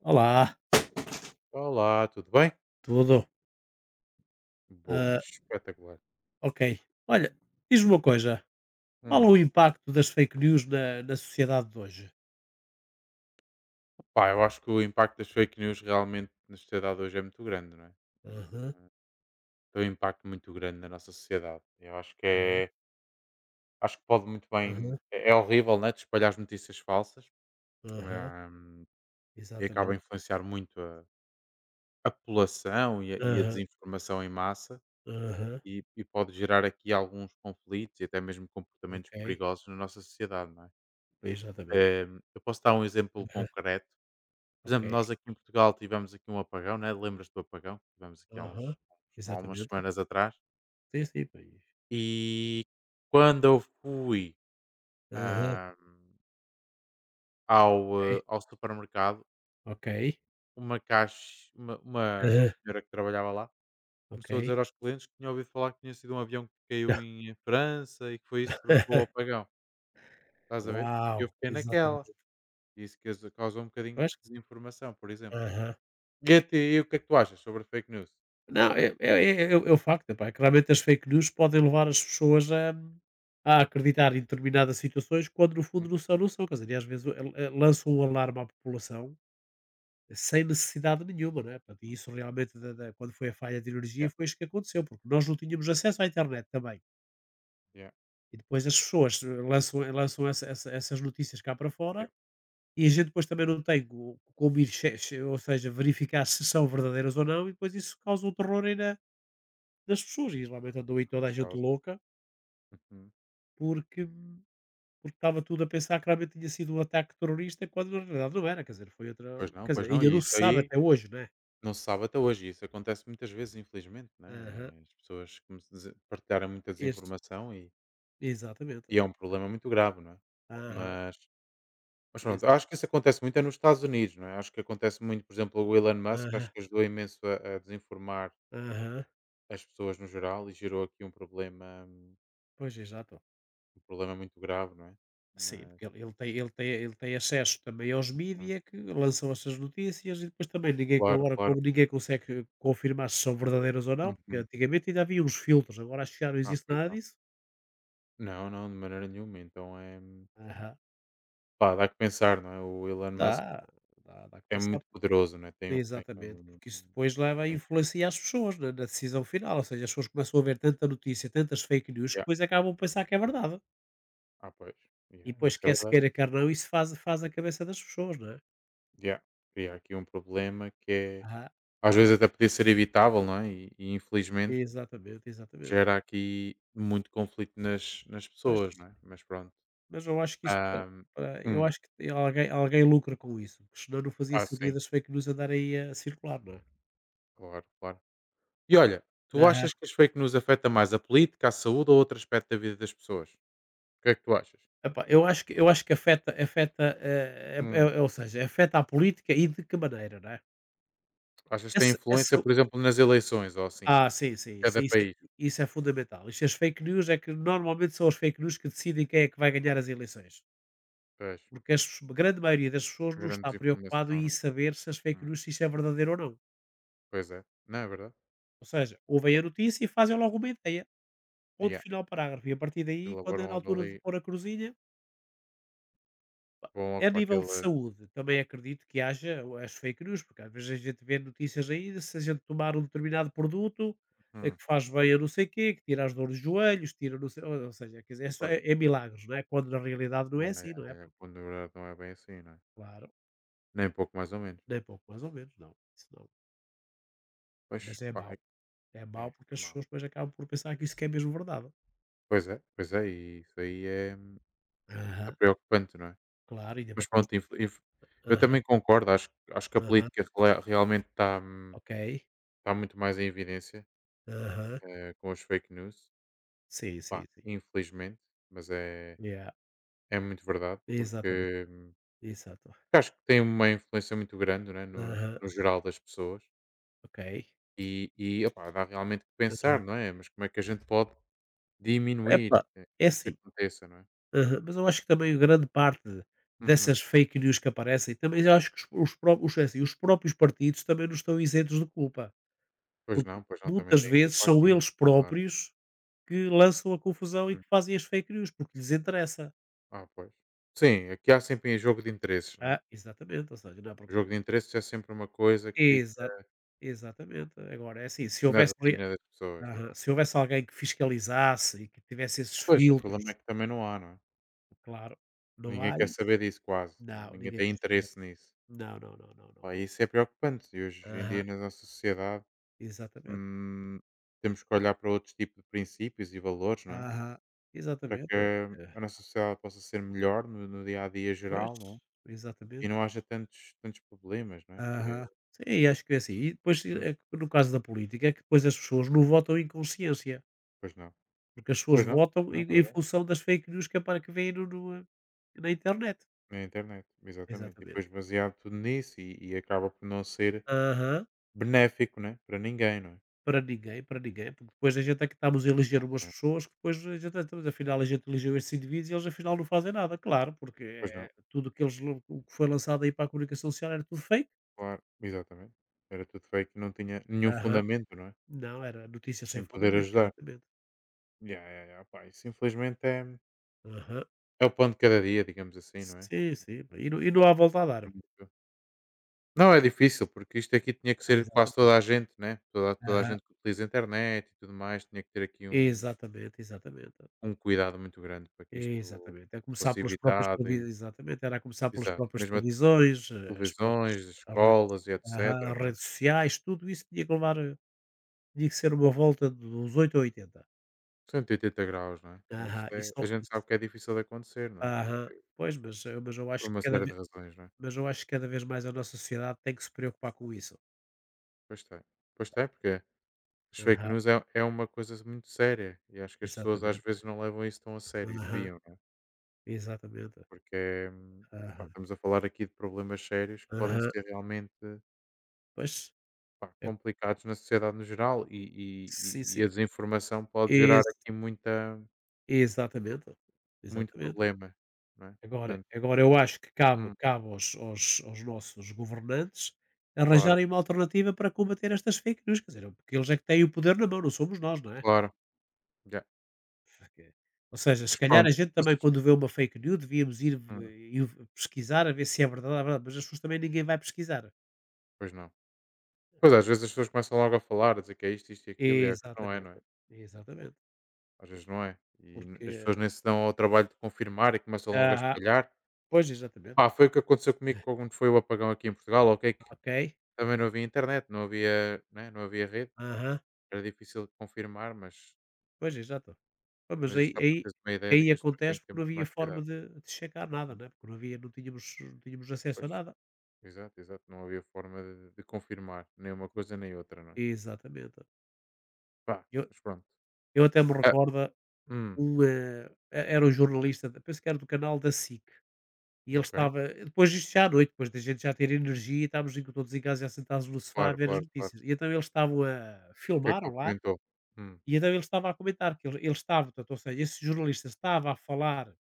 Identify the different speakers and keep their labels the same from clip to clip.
Speaker 1: Olá,
Speaker 2: Olá, tudo bem?
Speaker 1: tudo?
Speaker 2: Boa,
Speaker 1: Ah,
Speaker 2: espetacular.
Speaker 1: ok. Olha, diz-me uma coisa. Qual é
Speaker 2: Hum.
Speaker 1: o impacto das fake news na sociedade de hoje?
Speaker 2: Pá, eu acho que o impacto das fake news realmente na sociedade hoje é muito grande, não é? Hum,
Speaker 1: Aham,
Speaker 2: Tem um impacto muito grande na nossa sociedade. Eu acho que
Speaker 1: ok.
Speaker 2: é. Acho que pode muito
Speaker 1: Aham,
Speaker 2: bem. É horrível, né? De espalhar as notícias falsas
Speaker 1: aham,
Speaker 2: hum, e acaba a
Speaker 1: exatamente.
Speaker 2: influenciar muito a população e a
Speaker 1: Aham,
Speaker 2: desinformação em massa
Speaker 1: aham,
Speaker 2: e pode gerar aqui alguns conflitos e até mesmo comportamentos
Speaker 1: ok.
Speaker 2: perigosos na nossa sociedade, não é?
Speaker 1: Exatamente.
Speaker 2: Eu posso dar um exemplo
Speaker 1: Aham,
Speaker 2: concreto. Por
Speaker 1: ok.
Speaker 2: exemplo, nós aqui em Portugal tivemos aqui um apagão, né? Lembras-te do apagão que tivemos aqui
Speaker 1: Aham,
Speaker 2: há umas
Speaker 1: exatamente.
Speaker 2: semanas atrás.
Speaker 1: Sim, sim, pois.
Speaker 2: E quando eu fui
Speaker 1: Aham,
Speaker 2: ah, ao,
Speaker 1: ok.
Speaker 2: eh, ao supermercado,
Speaker 1: Ok.
Speaker 2: uma
Speaker 1: Aham,
Speaker 2: senhora que trabalhava lá começou a
Speaker 1: ok.
Speaker 2: dizer aos clientes que tinha ouvido falar que tinha sido um avião que caiu em França e que foi isso que provocou o apagão. Estás a ver? Eu
Speaker 1: Uau,
Speaker 2: fiquei naquela.
Speaker 1: exatamente.
Speaker 2: Isso que causou um bocadinho de
Speaker 1: Pois?
Speaker 2: desinformação, por exemplo.
Speaker 1: Aham.
Speaker 2: E o que é que tu achas sobre fake news?
Speaker 1: Não, é o facto, epá, é que as fake news podem levar as pessoas a acreditar em determinadas situações quando no fundo
Speaker 2: Hum,
Speaker 1: não são,
Speaker 2: hum,
Speaker 1: não são. Quer dizer, e às vezes lançam um alarme à população, sem necessidade nenhuma, não é? Portanto, e
Speaker 2: hum.
Speaker 1: isso realmente, da quando foi a falha de
Speaker 2: Yeah,
Speaker 1: energia, foi isso que aconteceu, porque nós não tínhamos acesso à internet também.
Speaker 2: yeah, yeah.
Speaker 1: E depois as pessoas lançam, lançam essas notícias cá para fora, e a gente depois também não tem como ir, ou seja, verificar se são verdadeiras ou não, e depois isso causa um terror ainda das pessoas. E realmente andou aí toda a
Speaker 2: Pois
Speaker 1: gente
Speaker 2: causa.
Speaker 1: louca,
Speaker 2: Uhum.
Speaker 1: porque porque estava tudo a pensar que realmente tinha sido um ataque terrorista, quando na realidade não era. Quer dizer, foi outra.
Speaker 2: Pois não,
Speaker 1: Quer dizer,
Speaker 2: pois não.
Speaker 1: ainda
Speaker 2: E
Speaker 1: não
Speaker 2: isso
Speaker 1: se sabe
Speaker 2: aí
Speaker 1: até hoje, né?
Speaker 2: não se sabe até hoje. Isso acontece muitas vezes, infelizmente,
Speaker 1: Aham.
Speaker 2: né? As pessoas, como se diz, partilharam muita
Speaker 1: Esse,
Speaker 2: desinformação e,
Speaker 1: exatamente.
Speaker 2: e é um
Speaker 1: É.
Speaker 2: problema muito grave, não é?
Speaker 1: Aham.
Speaker 2: Mas, mas pronto,
Speaker 1: exa-
Speaker 2: acho que isso acontece muito é nos Estados Unidos, não é? Acho que acontece muito, por exemplo, o Elon Musk,
Speaker 1: Aham.
Speaker 2: acho que ajudou imenso a desinformar
Speaker 1: Aham.
Speaker 2: as pessoas no geral e gerou aqui um problema, hum,
Speaker 1: Pois, exato.
Speaker 2: um problema muito grave, não é?
Speaker 1: Sim,
Speaker 2: Mas,
Speaker 1: porque ele tem acesso também aos
Speaker 2: hum,
Speaker 1: mídias que lançam essas notícias, e depois também ninguém,
Speaker 2: claro,
Speaker 1: agora,
Speaker 2: claro.
Speaker 1: como ninguém consegue confirmar se são verdadeiras ou não, porque
Speaker 2: Uhum.
Speaker 1: antigamente ainda havia uns filtros, agora acho que já não
Speaker 2: Ah,
Speaker 1: existe
Speaker 2: pois
Speaker 1: nada
Speaker 2: não.
Speaker 1: disso.
Speaker 2: Não, não, de maneira nenhuma. Então é.
Speaker 1: Aham.
Speaker 2: Pá, dá que pensar, não é? O Elon Musk
Speaker 1: Dá, dá
Speaker 2: é
Speaker 1: começar,
Speaker 2: muito poderoso, não é? Tem um.
Speaker 1: exatamente, porque isso depois leva a influenciar as pessoas na decisão final, ou seja, as pessoas começam a ver tanta notícia, tantas fake news, que
Speaker 2: Yeah.
Speaker 1: depois acabam a pensar que é verdade.
Speaker 2: Ah, pois.
Speaker 1: E
Speaker 2: Yeah,
Speaker 1: depois,
Speaker 2: isso é
Speaker 1: quer se
Speaker 2: verdade.
Speaker 1: queira, quer não, isso faz a cabeça das pessoas, não é?
Speaker 2: Yeah. Cria aqui um problema que é.
Speaker 1: Aham.
Speaker 2: Às vezes até podia ser evitável, não é? E infelizmente
Speaker 1: Exatamente, exatamente.
Speaker 2: gera aqui muito conflito nas
Speaker 1: Mas
Speaker 2: pessoas, não é? Mas pronto.
Speaker 1: mas eu acho que isso é
Speaker 2: Ahm,
Speaker 1: para, eu
Speaker 2: hum,
Speaker 1: acho que alguém lucra com isso, porque senão não fazia sentido
Speaker 2: sim,
Speaker 1: as fake news andar aí a circular, não é?
Speaker 2: claro, claro. E olha, tu
Speaker 1: Aham.
Speaker 2: achas que as fake news afeta mais a política, a saúde ou outro aspecto da vida das pessoas? O que é que tu achas?
Speaker 1: Epá, eu acho que afeta, é
Speaker 2: Hum,
Speaker 1: é ou seja, afeta a política e de que maneira, não é?
Speaker 2: Achas que tem
Speaker 1: Essa
Speaker 2: influência,
Speaker 1: essa
Speaker 2: por exemplo, nas eleições ou assim?
Speaker 1: ah, sim,
Speaker 2: De
Speaker 1: sim,
Speaker 2: cada país,
Speaker 1: isso é fundamental. Isto as fake news é que, normalmente, são as fake news que decidem quem é que vai ganhar as eleições,
Speaker 2: pois.
Speaker 1: porque as a grande maioria das pessoas não
Speaker 2: Grande
Speaker 1: está preocupado
Speaker 2: desinformação,
Speaker 1: em
Speaker 2: não é?
Speaker 1: saber se as fake
Speaker 2: Hum,
Speaker 1: news, se isso é verdadeiro ou não.
Speaker 2: Pois é. Não, é verdade.
Speaker 1: Ou seja, ouvem a notícia e fazem logo uma ideia, ponto
Speaker 2: Yeah,
Speaker 1: final parágrafo, e a partir daí, quando é na
Speaker 2: elaboram logo
Speaker 1: altura de
Speaker 2: ali,
Speaker 1: pôr a cruzinha.
Speaker 2: vão logo
Speaker 1: A
Speaker 2: para
Speaker 1: nível de
Speaker 2: aquele
Speaker 1: saúde, também acredito que haja as fake news, porque às vezes a gente vê notícias aí, de se a gente tomar um determinado produto é
Speaker 2: hum,
Speaker 1: que faz bem a não sei quê, que tira as dores dos joelhos, tira não sei, ou seja, quer dizer, é,
Speaker 2: Pois.
Speaker 1: é milagres, não é? Quando na realidade não
Speaker 2: Yeah,
Speaker 1: é
Speaker 2: yeah,
Speaker 1: assim, não é?
Speaker 2: yeah, yeah,
Speaker 1: Porque,
Speaker 2: quando na verdade não é bem assim, não é?
Speaker 1: claro,
Speaker 2: Nem pouco mais ou menos.
Speaker 1: nem pouco mais ou menos, não, isso não.
Speaker 2: Pois,
Speaker 1: Mas é
Speaker 2: pá,
Speaker 1: mau. É
Speaker 2: é, é
Speaker 1: mau porque
Speaker 2: é
Speaker 1: as
Speaker 2: mau.
Speaker 1: pessoas depois acabam por pensar que isso que é mesmo verdade.
Speaker 2: Pois é, e isso aí é
Speaker 1: Aham,
Speaker 2: preocupante, não é?
Speaker 1: claro, ainda
Speaker 2: Mas
Speaker 1: botamos.
Speaker 2: pronto, eu
Speaker 1: Aham,
Speaker 2: também concordo, acho que a
Speaker 1: aham,
Speaker 2: política realmente está hum,
Speaker 1: ok.
Speaker 2: está muito mais em evidência,
Speaker 1: Aham,
Speaker 2: com as fake news,
Speaker 1: sim, sim,
Speaker 2: pá,
Speaker 1: sim.
Speaker 2: infelizmente, mas é
Speaker 1: Yeah,
Speaker 2: É muito verdade,
Speaker 1: exatamente,
Speaker 2: porque,
Speaker 1: exato.
Speaker 2: acho que tem uma influência muito grande, não é, no no
Speaker 1: Aham.
Speaker 2: no geral das pessoas
Speaker 1: Ok.
Speaker 2: e, opá, dá realmente que
Speaker 1: Aham.
Speaker 2: pensar, não é, mas como é que a gente pode diminuir,
Speaker 1: Epá, é
Speaker 2: que isto
Speaker 1: assim,
Speaker 2: aconteça, não é?
Speaker 1: aham, mas eu acho que também grande parte
Speaker 2: Uhum.
Speaker 1: dessas fake news que aparecem, também eu acho que é assim, os próprios partidos também não estão isentos de culpa, porque
Speaker 2: Pois não, também
Speaker 1: muitas
Speaker 2: tem
Speaker 1: vezes
Speaker 2: culpa
Speaker 1: são
Speaker 2: aqui,
Speaker 1: eles
Speaker 2: claro.
Speaker 1: próprios que lançam a confusão e
Speaker 2: Uhum.
Speaker 1: que fazem as fake news, porque lhes interessa.
Speaker 2: Ah, pois. Sim, aqui há sempre jogo de interesses, não é?
Speaker 1: Ah, exatamente, ou seja, não é
Speaker 2: O
Speaker 1: porque...
Speaker 2: jogo de interesses é sempre uma coisa que fica
Speaker 1: Exa exatamente. Agora, é assim, se
Speaker 2: na
Speaker 1: houvesse,
Speaker 2: retina das pessoas, não é?
Speaker 1: aham, se houvesse alguém que fiscalizasse e que tivesse esses
Speaker 2: Pois, o problema é
Speaker 1: filtros,
Speaker 2: que também não há, não é?
Speaker 1: claro, não
Speaker 2: Ninguém
Speaker 1: há
Speaker 2: quer
Speaker 1: aí...
Speaker 2: saber disso quase, não é?
Speaker 1: Não,
Speaker 2: Ninguém
Speaker 1: ninguém
Speaker 2: tem
Speaker 1: quer saber.
Speaker 2: interesse nisso.
Speaker 1: Não, não, não, não, não.
Speaker 2: Pá, isso é preocupante. E hoje em
Speaker 1: Aham.
Speaker 2: dia, na nossa sociedade,
Speaker 1: Exatamente.
Speaker 2: hum, temos que olhar para outros tipos de princípios e valores, não é?
Speaker 1: Aham.
Speaker 2: Para que
Speaker 1: Exatamente.
Speaker 2: a
Speaker 1: Olha,
Speaker 2: nossa sociedade possa ser melhor no dia a dia
Speaker 1: pois,
Speaker 2: geral, não é? E
Speaker 1: exatamente.
Speaker 2: não haja tantos, tantos problemas, não é? Porque,
Speaker 1: Aham. Sim, e acho que é assim. E depois
Speaker 2: hum,
Speaker 1: é que, no caso da política, é que depois as pessoas não votam em consciência,
Speaker 2: pois não.
Speaker 1: porque as pessoas
Speaker 2: Pois não,
Speaker 1: votam
Speaker 2: não,
Speaker 1: em,
Speaker 2: é verdade.
Speaker 1: função das fake news que vêm no, no, eh, na internet.
Speaker 2: Na internet, exatamente. E
Speaker 1: Exatamente.
Speaker 2: depois baseado tudo nisso e acaba por não ser
Speaker 1: Aham.
Speaker 2: benéfico, né? Para ninguém, não é?
Speaker 1: Para ninguém, porque depois a gente é que estamos a eleger umas
Speaker 2: É,
Speaker 1: pessoas que depois a gente, então, mas afinal a gente elegeu esses indivíduos e eles afinal não fazem nada, claro, porque
Speaker 2: pois não,
Speaker 1: tudo que o que foi lançado aí para a comunicação social era tudo fake.
Speaker 2: claro, exatamente. Era tudo fake e não tinha nenhum
Speaker 1: Aham.
Speaker 2: fundamento, não é?
Speaker 1: Não, era notícias sem
Speaker 2: Em poder
Speaker 1: fundamento,
Speaker 2: ajudar.
Speaker 1: exatamente.
Speaker 2: Ya, ya, ya, pá, isso infelizmente é,
Speaker 1: Aham.
Speaker 2: é o pão de cada dia, digamos assim, não é?
Speaker 1: Sim, sim, e não há volta a dar.
Speaker 2: Não é difícil, porque isto aqui tinha que ser quase
Speaker 1: Exatamente.
Speaker 2: toda a gente, né? Toda, toda a
Speaker 1: Aham.
Speaker 2: gente que utiliza a internet e tudo mais, tinha que ter aqui um,
Speaker 1: Exatamente, exatamente.
Speaker 2: um cuidado muito grande para que isto
Speaker 1: Exatamente. É começar
Speaker 2: fosse
Speaker 1: pelas próprias
Speaker 2: evitado, e
Speaker 1: televisões, exatamente. Era a começar pelas
Speaker 2: exato,
Speaker 1: próprias
Speaker 2: mesmo as
Speaker 1: televisões,
Speaker 2: televisões, as
Speaker 1: as redes,
Speaker 2: escolas e etc,
Speaker 1: aham, as
Speaker 2: não é?
Speaker 1: redes sociais, tudo isso tinha que levar Tinha que ser uma volta dos 8 a 80.
Speaker 2: 180 graus, não é? E isso
Speaker 1: Aham. E
Speaker 2: é, a
Speaker 1: só
Speaker 2: gente
Speaker 1: isso,
Speaker 2: sabe que é difícil de acontecer, não é?
Speaker 1: aham.
Speaker 2: Porque,
Speaker 1: Pois,
Speaker 2: por uma série de razões, não é?
Speaker 1: mas eu acho que cada vez mais a nossa sociedade tem que se preocupar com isso.
Speaker 2: Pois tem, pois tem, porque as fake
Speaker 1: Aham.
Speaker 2: news é uma coisa muito séria e acho que as pessoas às
Speaker 1: Exatamente.
Speaker 2: vezes não levam isso tão a sério e
Speaker 1: Aham.
Speaker 2: deviam, não é?
Speaker 1: Exatamente.
Speaker 2: Porque é, pá,
Speaker 1: Aham.
Speaker 2: estamos a falar aqui de problemas sérios que podem
Speaker 1: Aham.
Speaker 2: ser realmente
Speaker 1: Pois,
Speaker 2: pá,
Speaker 1: é,
Speaker 2: complicados na sociedade no geral e,
Speaker 1: sim,
Speaker 2: e-
Speaker 1: sim.
Speaker 2: e a desinformação pode gerar
Speaker 1: Ex
Speaker 2: aqui
Speaker 1: exatamente.
Speaker 2: muito
Speaker 1: Exatamente.
Speaker 2: problema, não é?
Speaker 1: Agora
Speaker 2: Portanto,
Speaker 1: agora eu acho que cabe
Speaker 2: hum,
Speaker 1: cabe aos nossos governantes
Speaker 2: claro,
Speaker 1: arranjarem uma alternativa para combater estas fake news, quer dizer, porque eles é que têm o poder na mão, não somos nós, não é?
Speaker 2: claro, já.
Speaker 1: Ok. Ou seja, se
Speaker 2: Mas
Speaker 1: calhar a
Speaker 2: pronto,
Speaker 1: gente também, quando vê uma fake news, devíamos
Speaker 2: hum,
Speaker 1: ir pesquisar a ver se é verdade ou não é verdade, mas as pessoas, também ninguém vai pesquisar.
Speaker 2: pois não. Pois às vezes as pessoas começam logo a falar, a dizer que é isto, isto e aquilo e às vezes não é, não
Speaker 1: Exatamente,
Speaker 2: é?
Speaker 1: exatamente.
Speaker 2: Às vezes não é. E as pessoas
Speaker 1: Porque,
Speaker 2: nem se dão ao trabalho de confirmar e começam logo a
Speaker 1: ah,
Speaker 2: espalhar.
Speaker 1: pois exatamente,
Speaker 2: Pá, foi o que aconteceu comigo quando foi o apagão aqui em Portugal, ok? Que
Speaker 1: ok,
Speaker 2: também não havia internet, não havia, né, não havia rede.
Speaker 1: aham,
Speaker 2: Era difícil de confirmar, mas,
Speaker 1: pois exato. Pá, mas aí,
Speaker 2: isto dá
Speaker 1: aí,
Speaker 2: para teres uma ideia de
Speaker 1: aí
Speaker 2: que as pessoas têm
Speaker 1: acontece
Speaker 2: que ter
Speaker 1: porque não
Speaker 2: muito
Speaker 1: havia
Speaker 2: mais
Speaker 1: forma
Speaker 2: cuidado.
Speaker 1: de checar nada, né? Porque não havia, não tínhamos acesso a
Speaker 2: Pois,
Speaker 1: nada.
Speaker 2: exato, exato. Não havia forma de confirmar nem uma
Speaker 1: Co-
Speaker 2: coisa nem outra, não é?
Speaker 1: Exatamente.
Speaker 2: Pá,
Speaker 1: Eu,
Speaker 2: mas pronto.
Speaker 1: eu até me
Speaker 2: Ah,
Speaker 1: recordo,
Speaker 2: hum,
Speaker 1: um, era um jornalista, penso que era do canal da SIC. E ele
Speaker 2: ok.
Speaker 1: estava, depois isto já à noite, depois da gente já ter energia, e estávamos em todos em casa já sentados no sofá a
Speaker 2: Claro,
Speaker 1: ver as
Speaker 2: claro, claro.
Speaker 1: notícias. E então eles estavam a
Speaker 2: O que é que
Speaker 1: filmaram
Speaker 2: ele
Speaker 1: lá,
Speaker 2: comentou? Hum,
Speaker 1: e então ele estava a comentar que ele estava, portanto, ou seja, esse jornalista estava a falar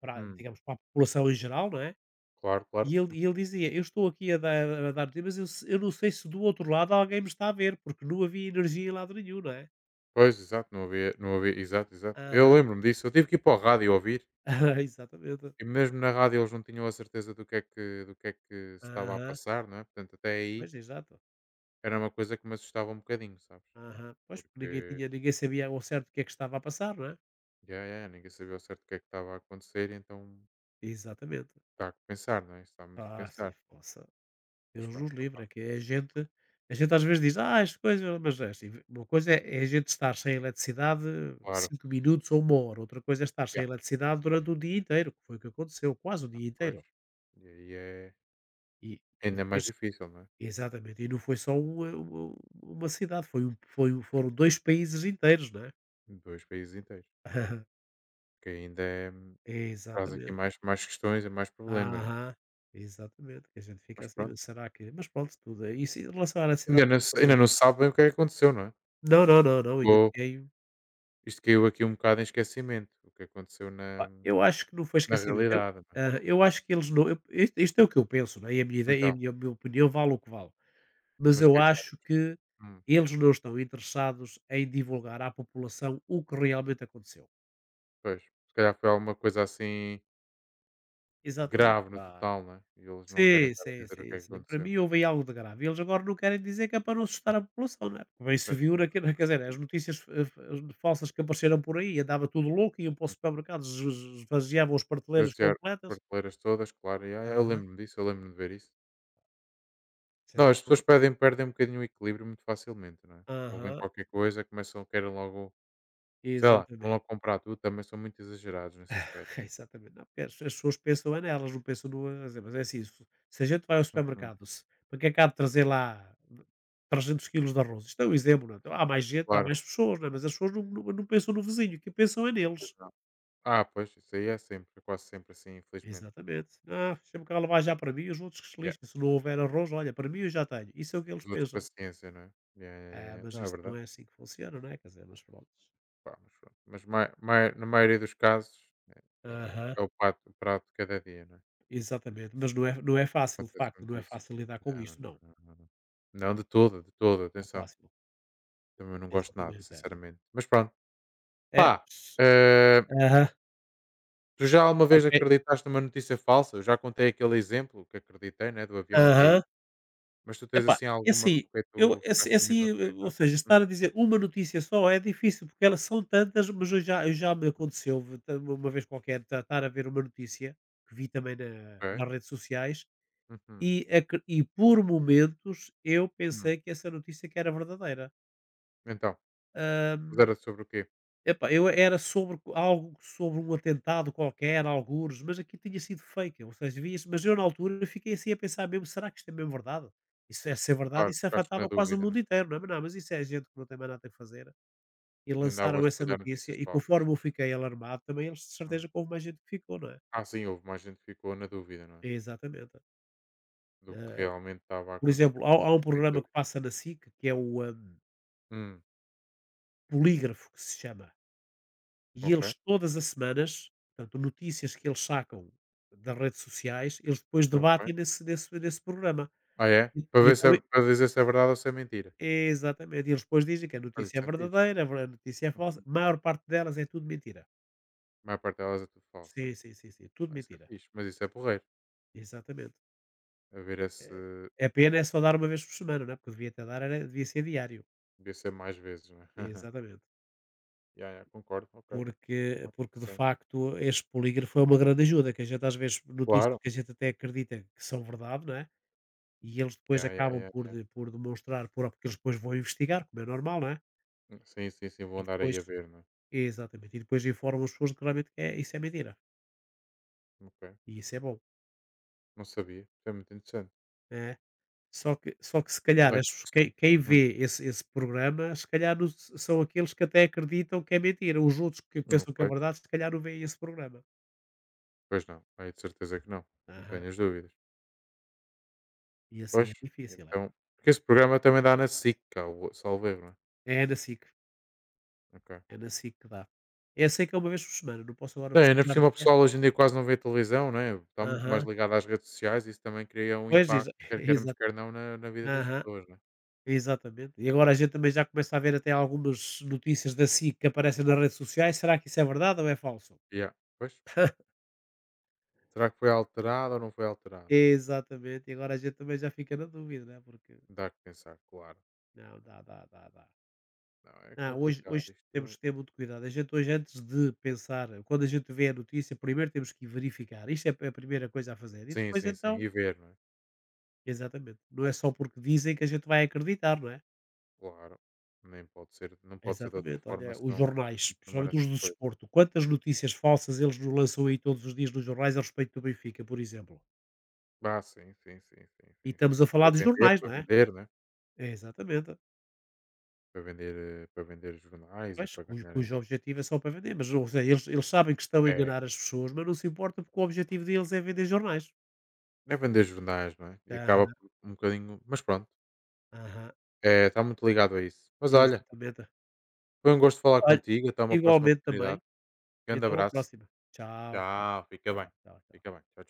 Speaker 1: para,
Speaker 2: hum,
Speaker 1: digamos, para a população em geral, não é?
Speaker 2: claro, claro.
Speaker 1: E ele dizia: «Eu estou aqui a dar, notícias, mas eu não sei se do outro lado alguém me está a ver, porque não havia energia em lado nenhum, não é?»
Speaker 2: Pois, exato, não havia, não havia, exato, exato. Eu
Speaker 1: Aham,
Speaker 2: lembro-me disso, eu tive que ir para a rádio ouvir,
Speaker 1: exatamente.
Speaker 2: e mesmo na rádio eles não tinham a certeza do que é que, do que, é que se estava a
Speaker 1: Aham,
Speaker 2: passar, não é? Portanto, até aí
Speaker 1: pois exato.
Speaker 2: era uma coisa que me assustava um bocadinho, sabes?
Speaker 1: Aham, pois porque
Speaker 2: Porque,
Speaker 1: ninguém sabia ao certo o que é que estava a passar, não é?
Speaker 2: já, ninguém sabia ao certo o que é que estava a acontecer, então
Speaker 1: Exatamente.
Speaker 2: está a pensar, não é? Isso está muito a
Speaker 1: Ah, sim,
Speaker 2: pensar.
Speaker 1: poça.
Speaker 2: Mas
Speaker 1: Deus nos
Speaker 2: pronto, opá,
Speaker 1: livre, é que é a
Speaker 2: hum,
Speaker 1: gente a gente às vezes diz: «Ah, as coisas». Mas é assim, uma coisa é a gente estar sem eletricidade
Speaker 2: claro,
Speaker 1: 5 minutos ou 1 hora, outra coisa é estar sem
Speaker 2: já,
Speaker 1: eletricidade durante o dia inteiro, que foi o que aconteceu, quase o dia
Speaker 2: pois.
Speaker 1: inteiro.
Speaker 2: E aí é
Speaker 1: E e
Speaker 2: ainda mais
Speaker 1: depois,
Speaker 2: difícil, não é?
Speaker 1: exatamente, e não foi só uma cidade, foi um foram 2 países inteiros, não é?
Speaker 2: Dois países inteiros, que ainda é, traz aqui
Speaker 1: Exatamente.
Speaker 2: mais questões e mais problemas,
Speaker 1: Aham, exatamente, que a gente fica
Speaker 2: mas
Speaker 1: assim:
Speaker 2: pronto.
Speaker 1: «Mas será que...» Mas pronto, tudo é isso em relação à eletricidade, tudo
Speaker 2: Ainda não se sabe bem o que é que aconteceu, não é?
Speaker 1: Não, não, não, não, ainda
Speaker 2: Ou
Speaker 1: ninguém.
Speaker 2: isto caiu aqui um bocado em esquecimento, o que aconteceu
Speaker 1: Pá,
Speaker 2: na
Speaker 1: eu acho que não foi
Speaker 2: na
Speaker 1: esquecimento. Eu
Speaker 2: realidade, não é?
Speaker 1: hã, eu acho que eles não, eu isto é o que eu penso, não é, e a minha ideia e a
Speaker 2: Então,
Speaker 1: minha a minha opinião vale o que vale. Mas
Speaker 2: mas o
Speaker 1: eu
Speaker 2: que é que tu
Speaker 1: acho
Speaker 2: achas?
Speaker 1: que
Speaker 2: Hum,
Speaker 1: eles não estão interessados em divulgar à população o que realmente aconteceu.
Speaker 2: Pois, se calhar foi alguma coisa assim
Speaker 1: Exatamente,
Speaker 2: grave no
Speaker 1: pá.
Speaker 2: total, não é? E eles não querem
Speaker 1: Sim,
Speaker 2: estar a
Speaker 1: sim,
Speaker 2: dizer o que
Speaker 1: sim,
Speaker 2: é que
Speaker 1: sim. Para
Speaker 2: aconteceu.
Speaker 1: mim houve aí algo de grave. Eles agora não querem dizer, que é para não assustar a população, não é? Porque bem se
Speaker 2: Pois,
Speaker 1: viu
Speaker 2: pois,
Speaker 1: naque
Speaker 2: pois,
Speaker 1: quer
Speaker 2: faz
Speaker 1: dizer, as
Speaker 2: sentido.
Speaker 1: notícias falsas que apareceram por aí, andava tudo louco, iam para os
Speaker 2: Hum.
Speaker 1: supermercados, es es esvaziavam as prateleiras
Speaker 2: Esvaziar
Speaker 1: completas.
Speaker 2: prateleiras todas, claro, e ya, eu
Speaker 1: Aham.
Speaker 2: lembro-me disso, eu lembro-me de ver isso. Não, as pessoas
Speaker 1: Certo.
Speaker 2: perdem um bocadinho o equilíbrio muito facilmente, não é? Ouvem
Speaker 1: Aham.
Speaker 2: qualquer coisa, começam, querem logo, sei lá, vão
Speaker 1: Exatamente,
Speaker 2: logo comprar tudo, também são muito exagerados nesse aspecto.
Speaker 1: exatamente. Não, porque as pessoas pensam é nelas, não pensam no eh, mas é assim, se a gente vai ao
Speaker 2: Uhum,
Speaker 1: supermercado, se para que é que há de trazer lá 300 quilos de arroz? Isto é um exemplo, não é? Então, há mais gente, há
Speaker 2: claro,
Speaker 1: mais pessoas, não é? Mas as pessoas não pensam no vizinho, que pensam é
Speaker 2: pois
Speaker 1: neles.
Speaker 2: não. Ah, pois, isso aí é sempre, é quase sempre assim, infelizmente.
Speaker 1: Exatamente. Ah, sempre que ela vai, já para mim, os outros que se
Speaker 2: Yeah.
Speaker 1: lixem. Se não houver arroz, olha, para mim eu já tenho. Isso é o que
Speaker 2: Os
Speaker 1: eles
Speaker 2: outros,
Speaker 1: pensam.
Speaker 2: paciência, não é? Yeah, yeah,
Speaker 1: Ah,
Speaker 2: yeah.
Speaker 1: mas
Speaker 2: Não, é
Speaker 1: isto não
Speaker 2: verdade.
Speaker 1: é assim que funciona, não é? Quer dizer, mas pronto.
Speaker 2: Pá, mas pronto. Mas na maioria dos casos é, é-
Speaker 1: Aham,
Speaker 2: é o prato de cada dia, não é?
Speaker 1: exatamente. Mas não é fácil, de
Speaker 2: Acontece
Speaker 1: facto, não
Speaker 2: muito
Speaker 1: é
Speaker 2: isso.
Speaker 1: fácil lidar com
Speaker 2: Não, não,
Speaker 1: isto, não.
Speaker 2: não, não. Não, não, de toda,
Speaker 1: Não é
Speaker 2: atenção.
Speaker 1: fácil.
Speaker 2: Também não gosto de nada,
Speaker 1: Exatamente, é.
Speaker 2: sinceramente. Mas pronto.
Speaker 1: É.
Speaker 2: Pá, eh,
Speaker 1: Aham,
Speaker 2: tu já alguma vez
Speaker 1: ok.
Speaker 2: acreditaste numa notícia falsa? Eu já contei aquele exemplo que acreditei, né, do avião a
Speaker 1: Aham.
Speaker 2: cair. Mas tu tens
Speaker 1: Epá,
Speaker 2: assim
Speaker 1: e
Speaker 2: alguma
Speaker 1: assim,
Speaker 2: com que
Speaker 1: eu
Speaker 2: tu
Speaker 1: é
Speaker 2: ficaste
Speaker 1: assim,
Speaker 2: mesmo
Speaker 1: eu ou
Speaker 2: acreditado?
Speaker 1: seja,
Speaker 2: Hum,
Speaker 1: estar a dizer uma notícia só é difícil, porque elas são tantas, mas eu já me aconteceu v ta uma vez qualquer ta estar a ver uma notícia, que vi também na
Speaker 2: ok.
Speaker 1: nas redes sociais,
Speaker 2: Uhum,
Speaker 1: e acre e por momentos eu
Speaker 2: hum.
Speaker 1: pensei que essa notícia que era verdadeira.
Speaker 2: Então, mas era sobre o quê?
Speaker 1: Epá, eu era sobre algo sobre um atentado qualquer, algures, mas aqui tinha sido fake, ou seja, via-se, mas eu na altura fiquei assim a pensar mesmo, será que isto é mesmo verdade? Isso é ser é verdade,
Speaker 2: Claro,
Speaker 1: isso
Speaker 2: ficaste na
Speaker 1: afetava quase o
Speaker 2: dúvida, não
Speaker 1: mundo
Speaker 2: é?
Speaker 1: inteiro, não é? Mas não, mas isso é gente que não tem mais nada a fazer e
Speaker 2: E andava a
Speaker 1: lançaram essa
Speaker 2: espalhar
Speaker 1: notícia,
Speaker 2: notícias
Speaker 1: e
Speaker 2: falsas.
Speaker 1: conforme eu fiquei alarmado, também eles, de certeza
Speaker 2: Hum.
Speaker 1: que houve mais gente que ficou, não é?
Speaker 2: Ah, sim, houve mais gente que ficou na dúvida, não é?
Speaker 1: Exatamente.
Speaker 2: Do que
Speaker 1: Eh,
Speaker 2: realmente estava a
Speaker 1: por
Speaker 2: acontecer.
Speaker 1: exemplo, há
Speaker 2: Isso
Speaker 1: há um
Speaker 2: não tenho
Speaker 1: programa que
Speaker 2: dúvida.
Speaker 1: passa na SIC, que é o,
Speaker 2: Hum,
Speaker 1: Polígrafo que se chama. E
Speaker 2: ok,
Speaker 1: eles todas as semanas, portanto, notícias que eles sacam das redes sociais, eles depois
Speaker 2: ok.
Speaker 1: debatem nesse programa.
Speaker 2: Ah, é?
Speaker 1: E
Speaker 2: Para
Speaker 1: e
Speaker 2: ver se
Speaker 1: então e-
Speaker 2: para dizer se é verdade ou se é mentira.
Speaker 1: exatamente, e eles depois dizem que a
Speaker 2: Olha,
Speaker 1: notícia
Speaker 2: isso
Speaker 1: é
Speaker 2: é fixe.
Speaker 1: verdadeira, a notícia é falsa.
Speaker 2: Uhum.
Speaker 1: A maior parte delas é tudo mentira.
Speaker 2: A maior parte delas é tudo falso, né?
Speaker 1: Sim, sim, sim, sim, tudo
Speaker 2: Mas isso é
Speaker 1: mentira.
Speaker 2: fixe. Mas isso é porreiro.
Speaker 1: Exatamente.
Speaker 2: A ver
Speaker 1: Eh,
Speaker 2: esse.
Speaker 1: É pena é só dar uma vez por semana, não é, porque devia até dar, era devia ser diário.
Speaker 2: Devia ser mais vezes, não é?
Speaker 1: Exatamente.
Speaker 2: Yeah, yeah, concordo, ok.
Speaker 1: Porque de
Speaker 2: Interessante.
Speaker 1: facto este polígrafo é uma grande ajuda, que a gente às vezes notícias
Speaker 2: Claro.
Speaker 1: que a gente até acredita que são verdade, não é? E eles depois
Speaker 2: Ya, ya,
Speaker 1: acabam
Speaker 2: ya,
Speaker 1: por
Speaker 2: ya.
Speaker 1: de por demonstrar, porque eles depois vão investigar, como é normal, não é?
Speaker 2: Sim, sim, sim,
Speaker 1: E
Speaker 2: vou andar aí
Speaker 1: depois
Speaker 2: a ver, não é?
Speaker 1: exatamente, e depois informam as pessoas de que realmente é isso é mentira,
Speaker 2: Ok.
Speaker 1: e isso é bom,
Speaker 2: Não sabia. Isso é muito interessante.
Speaker 1: né? Só que se calhar as
Speaker 2: Correto.
Speaker 1: pesso quem
Speaker 2: Uhum.
Speaker 1: vê esse programa, se calhar não s são aqueles que até acreditam que é mentira, os outros que
Speaker 2: Não,
Speaker 1: pensam que é
Speaker 2: pois,
Speaker 1: verdade, se calhar não veem esse programa.
Speaker 2: pois não. Aí de certeza que não. Não
Speaker 1: Aham.
Speaker 2: tenho as dúvidas.
Speaker 1: E assim
Speaker 2: Pois,
Speaker 1: é difícil, é.
Speaker 2: então. Porque esse programa também dá na SIC, cá, salvo erro, não é?
Speaker 1: É na SIC,
Speaker 2: Ok.
Speaker 1: é na SIC que dá. Eu sei que é uma vez por semana, não posso agora
Speaker 2: Tem, ainda por
Speaker 1: precisar do
Speaker 2: cima o
Speaker 1: dia.
Speaker 2: pessoal hoje em dia quase não vê televisão, né? Está muito mais
Speaker 1: Aham.
Speaker 2: ligado às redes sociais e isso também cria um
Speaker 1: Pois,
Speaker 2: impacto,
Speaker 1: exa
Speaker 2: quer queiramos,
Speaker 1: exato.
Speaker 2: quer não, na vida das
Speaker 1: Aham.
Speaker 2: pessoas, né?
Speaker 1: Exatamente. E agora a gente também já começa a ver até algumas notícias da SIC que aparecem nas redes sociais. Será que isso é verdade ou é falso?
Speaker 2: Yeah. Pois, será que foi alterado ou não foi alterado, né?
Speaker 1: Exatamente. E agora a gente também já fica na dúvida, né? Porque
Speaker 2: Dá que pensar, claro.
Speaker 1: não, dá, dá, dá, dá.
Speaker 2: Não, é
Speaker 1: Não, hoje,
Speaker 2: complicado
Speaker 1: hoje temos
Speaker 2: isto.
Speaker 1: que ter muito cuidado. A gente hoje, antes de pensar, quando a gente vê a notícia, primeiro temos que verificar. Isto é a primeira coisa a fazer. E
Speaker 2: Sim,
Speaker 1: depois
Speaker 2: sim, sim.
Speaker 1: então,
Speaker 2: E ver, não é?
Speaker 1: exatamente. Não é só porque dizem que a gente vai acreditar, não é?
Speaker 2: Claro. Nem pode ser, não pode ser de outra
Speaker 1: Exatamente,
Speaker 2: forma
Speaker 1: olha, os
Speaker 2: senão
Speaker 1: jornais,
Speaker 2: confirmar
Speaker 1: principalmente os
Speaker 2: essas
Speaker 1: do
Speaker 2: coisas.
Speaker 1: desporto, quantas notícias falsas eles nos lançam aí todos os dias nos jornais a respeito do Benfica, por exemplo.
Speaker 2: Ah, sim, sim, sim, sim,
Speaker 1: E
Speaker 2: sim,
Speaker 1: estamos
Speaker 2: sim.
Speaker 1: a falar de jornais,
Speaker 2: Para
Speaker 1: não é?
Speaker 2: vender, né?
Speaker 1: É, exatamente.
Speaker 2: Para vender, para vender jornais e
Speaker 1: Mas
Speaker 2: para
Speaker 1: cujo,
Speaker 2: ganharem.
Speaker 1: cujo objetivo é só para vender, mas ou seja, eles sabem que estão a
Speaker 2: É,
Speaker 1: enganar as pessoas, mas não se importa porque o objetivo deles é vender jornais.
Speaker 2: não é vender jornais, não é? E acaba
Speaker 1: Aham,
Speaker 2: por um bocadinho. Mas pronto,
Speaker 1: aham,
Speaker 2: é, está muito ligado a isso. Mas olha,
Speaker 1: exatamente.
Speaker 2: foi um gosto falar
Speaker 1: Olha,
Speaker 2: contigo. Até uma próxima
Speaker 1: igualmente também.
Speaker 2: oportunidade.
Speaker 1: E
Speaker 2: Grande
Speaker 1: até uma
Speaker 2: abraço.
Speaker 1: próxima. Tchau, tchau,
Speaker 2: Tchau. Fica bem.
Speaker 1: tchau, tchau, tchau.
Speaker 2: Fica bem. Tchau.